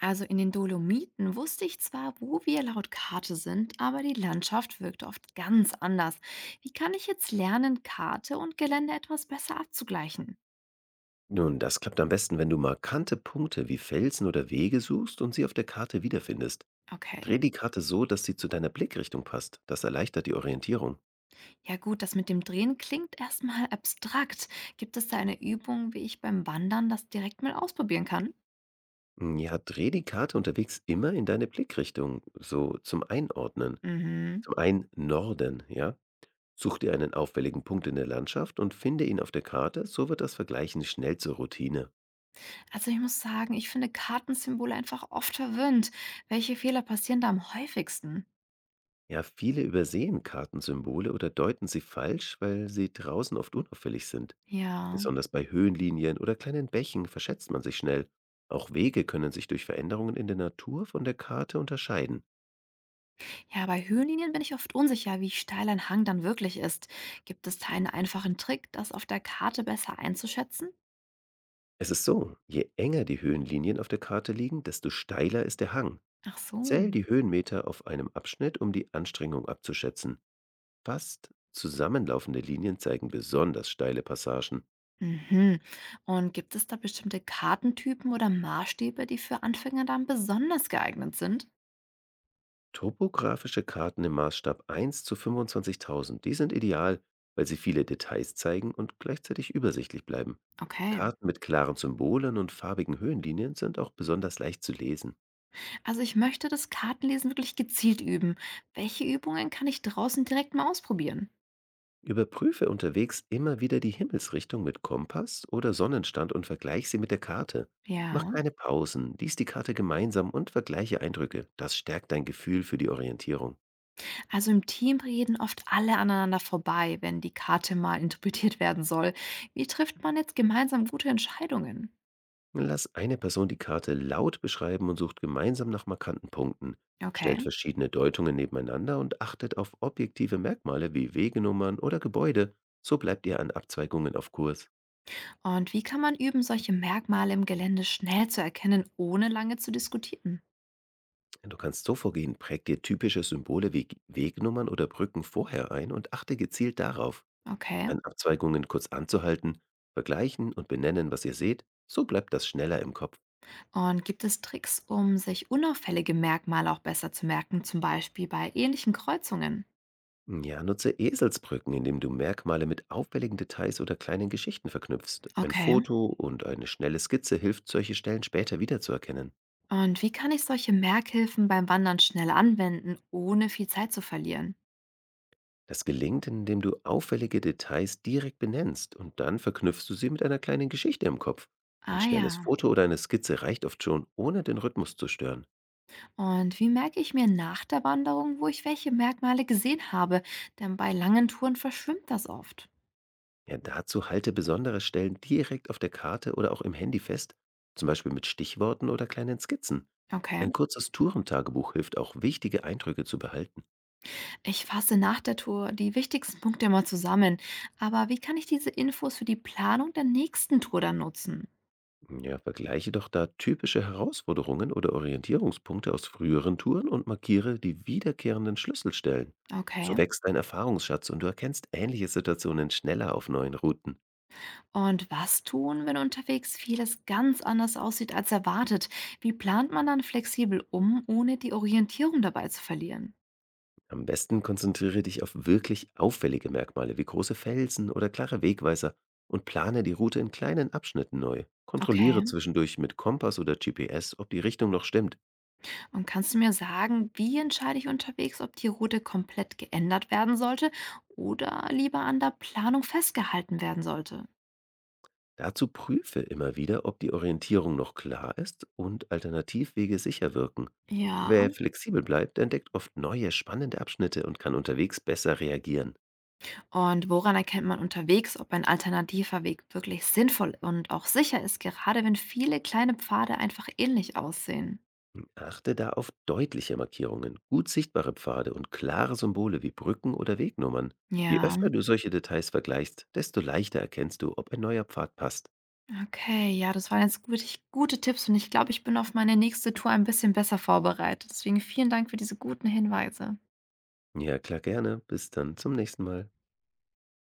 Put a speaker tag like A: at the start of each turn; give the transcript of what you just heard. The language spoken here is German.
A: Also in den Dolomiten wusste ich zwar, wo wir laut Karte sind, aber die Landschaft wirkt oft ganz anders. Wie kann ich jetzt lernen, Karte und Gelände etwas besser abzugleichen?
B: Nun, das klappt am besten, wenn du markante Punkte wie Felsen oder Wege suchst und sie auf der Karte wiederfindest.
A: Okay.
B: Dreh die Karte so, dass sie zu deiner Blickrichtung passt. Das erleichtert die Orientierung.
A: Ja gut, das mit dem Drehen klingt erstmal abstrakt. Gibt es da eine Übung, wie ich beim Wandern das direkt mal ausprobieren kann?
B: Ja, dreh die Karte unterwegs immer in deine Blickrichtung, so zum Einordnen.
A: Mhm.
B: Zum einen Norden, ja? Such dir einen auffälligen Punkt in der Landschaft und finde ihn auf der Karte, so wird das Vergleichen schnell zur Routine.
A: Also ich muss sagen, ich finde Kartensymbole einfach oft verwirrend. Welche Fehler passieren da am häufigsten?
B: Ja, viele übersehen Kartensymbole oder deuten sie falsch, weil sie draußen oft unauffällig sind.
A: Ja.
B: Besonders bei Höhenlinien oder kleinen Bächen verschätzt man sich schnell. Auch Wege können sich durch Veränderungen in der Natur von der Karte unterscheiden.
A: Ja, bei Höhenlinien bin ich oft unsicher, wie steil ein Hang dann wirklich ist. Gibt es da einen einfachen Trick, das auf der Karte besser einzuschätzen?
B: Es ist so, je enger die Höhenlinien auf der Karte liegen, desto steiler ist der Hang.
A: Ach so.
B: Zähl die Höhenmeter auf einem Abschnitt, um die Anstrengung abzuschätzen. Fast zusammenlaufende Linien zeigen besonders steile Passagen.
A: Mhm. Und gibt es da bestimmte Kartentypen oder Maßstäbe, die für Anfänger dann besonders geeignet sind?
B: Topografische Karten im Maßstab 1 zu 25.000, die sind ideal, weil sie viele Details zeigen und gleichzeitig übersichtlich bleiben.
A: Okay.
B: Karten mit klaren Symbolen und farbigen Höhenlinien sind auch besonders leicht zu lesen.
A: Also ich möchte das Kartenlesen wirklich gezielt üben. Welche Übungen kann ich draußen direkt mal ausprobieren?
B: Überprüfe unterwegs immer wieder die Himmelsrichtung mit Kompass oder Sonnenstand und vergleich sie mit der Karte. Mach
A: Ja.
B: keine Pausen, lies die Karte gemeinsam und vergleiche Eindrücke. Das stärkt dein Gefühl für die Orientierung.
A: Also im Team reden oft alle aneinander vorbei, wenn die Karte mal interpretiert werden soll. Wie trifft man jetzt gemeinsam gute Entscheidungen?
B: Lass eine Person die Karte laut beschreiben und sucht gemeinsam nach markanten Punkten.
A: Okay.
B: Stellt verschiedene Deutungen nebeneinander und achtet auf objektive Merkmale wie Wegenummern oder Gebäude. So bleibt ihr an Abzweigungen auf Kurs.
A: Und wie kann man üben, solche Merkmale im Gelände schnell zu erkennen, ohne lange zu diskutieren?
B: Du kannst so vorgehen, präg dir typische Symbole wie Wegnummern oder Brücken vorher ein und achte gezielt darauf,
A: Okay.
B: an Abzweigungen kurz anzuhalten, vergleichen und benennen, was ihr seht. So bleibt das schneller im Kopf.
A: Und gibt es Tricks, um sich unauffällige Merkmale auch besser zu merken, zum Beispiel bei ähnlichen Kreuzungen?
B: Ja, nutze Eselsbrücken, indem du Merkmale mit auffälligen Details oder kleinen Geschichten verknüpfst. Ein
A: Okay.
B: Foto und eine schnelle Skizze hilft, solche Stellen später wiederzuerkennen.
A: Und wie kann ich solche Merkhilfen beim Wandern schnell anwenden, ohne viel Zeit zu verlieren?
B: Das gelingt, indem du auffällige Details direkt benennst und dann verknüpfst du sie mit einer kleinen Geschichte im Kopf. Ein
A: Ah
B: schnelles
A: ja.
B: Foto oder eine Skizze reicht oft schon, ohne den Rhythmus zu stören.
A: Und wie merke ich mir nach der Wanderung, wo ich welche Merkmale gesehen habe? Denn bei langen Touren verschwimmt das oft.
B: Ja, dazu halte besondere Stellen direkt auf der Karte oder auch im Handy fest, zum Beispiel mit Stichworten oder kleinen Skizzen.
A: Okay,
B: Ein kurzes Tourentagebuch hilft auch, wichtige Eindrücke zu behalten.
A: ich fasse nach der Tour die wichtigsten Punkte mal zusammen. Aber wie kann ich diese Infos für die Planung der nächsten Tour dann nutzen?
B: Ja, vergleiche doch da typische Herausforderungen oder Orientierungspunkte aus früheren Touren und markiere die wiederkehrenden Schlüsselstellen.
A: Okay.
B: So wächst dein Erfahrungsschatz und du erkennst ähnliche Situationen schneller auf neuen Routen.
A: Und was tun, wenn unterwegs vieles ganz anders aussieht als erwartet? Wie plant man dann flexibel um, ohne die Orientierung dabei zu verlieren?
B: Am besten konzentriere dich auf wirklich auffällige Merkmale wie große Felsen oder klare Wegweiser und plane die Route in kleinen Abschnitten neu.
A: Okay.
B: Kontrolliere zwischendurch mit Kompass oder GPS, ob die Richtung noch stimmt.
A: Und kannst du mir sagen, wie entscheide ich unterwegs, ob die Route komplett geändert werden sollte oder lieber an der Planung festgehalten werden sollte?
B: Dazu prüfe immer wieder, ob die Orientierung noch klar ist und Alternativwege sicher wirken.
A: Ja.
B: Wer flexibel bleibt, entdeckt oft neue, spannende Abschnitte und kann unterwegs besser reagieren.
A: Und woran erkennt man unterwegs, ob ein alternativer Weg wirklich sinnvoll und auch sicher ist, gerade wenn viele kleine Pfade einfach ähnlich aussehen?
B: Achte da auf deutliche Markierungen, gut sichtbare Pfade und klare Symbole wie Brücken oder Wegnummern. Je
A: Ja,
B: öfter du solche Details vergleichst, desto leichter erkennst du, ob ein neuer Pfad passt.
A: okay, ja, das waren jetzt gute Tipps und ich glaube, ich bin auf meine nächste Tour ein bisschen besser vorbereitet. Deswegen vielen Dank für diese guten Hinweise.
B: Ja, klar gerne. Bis dann zum nächsten Mal.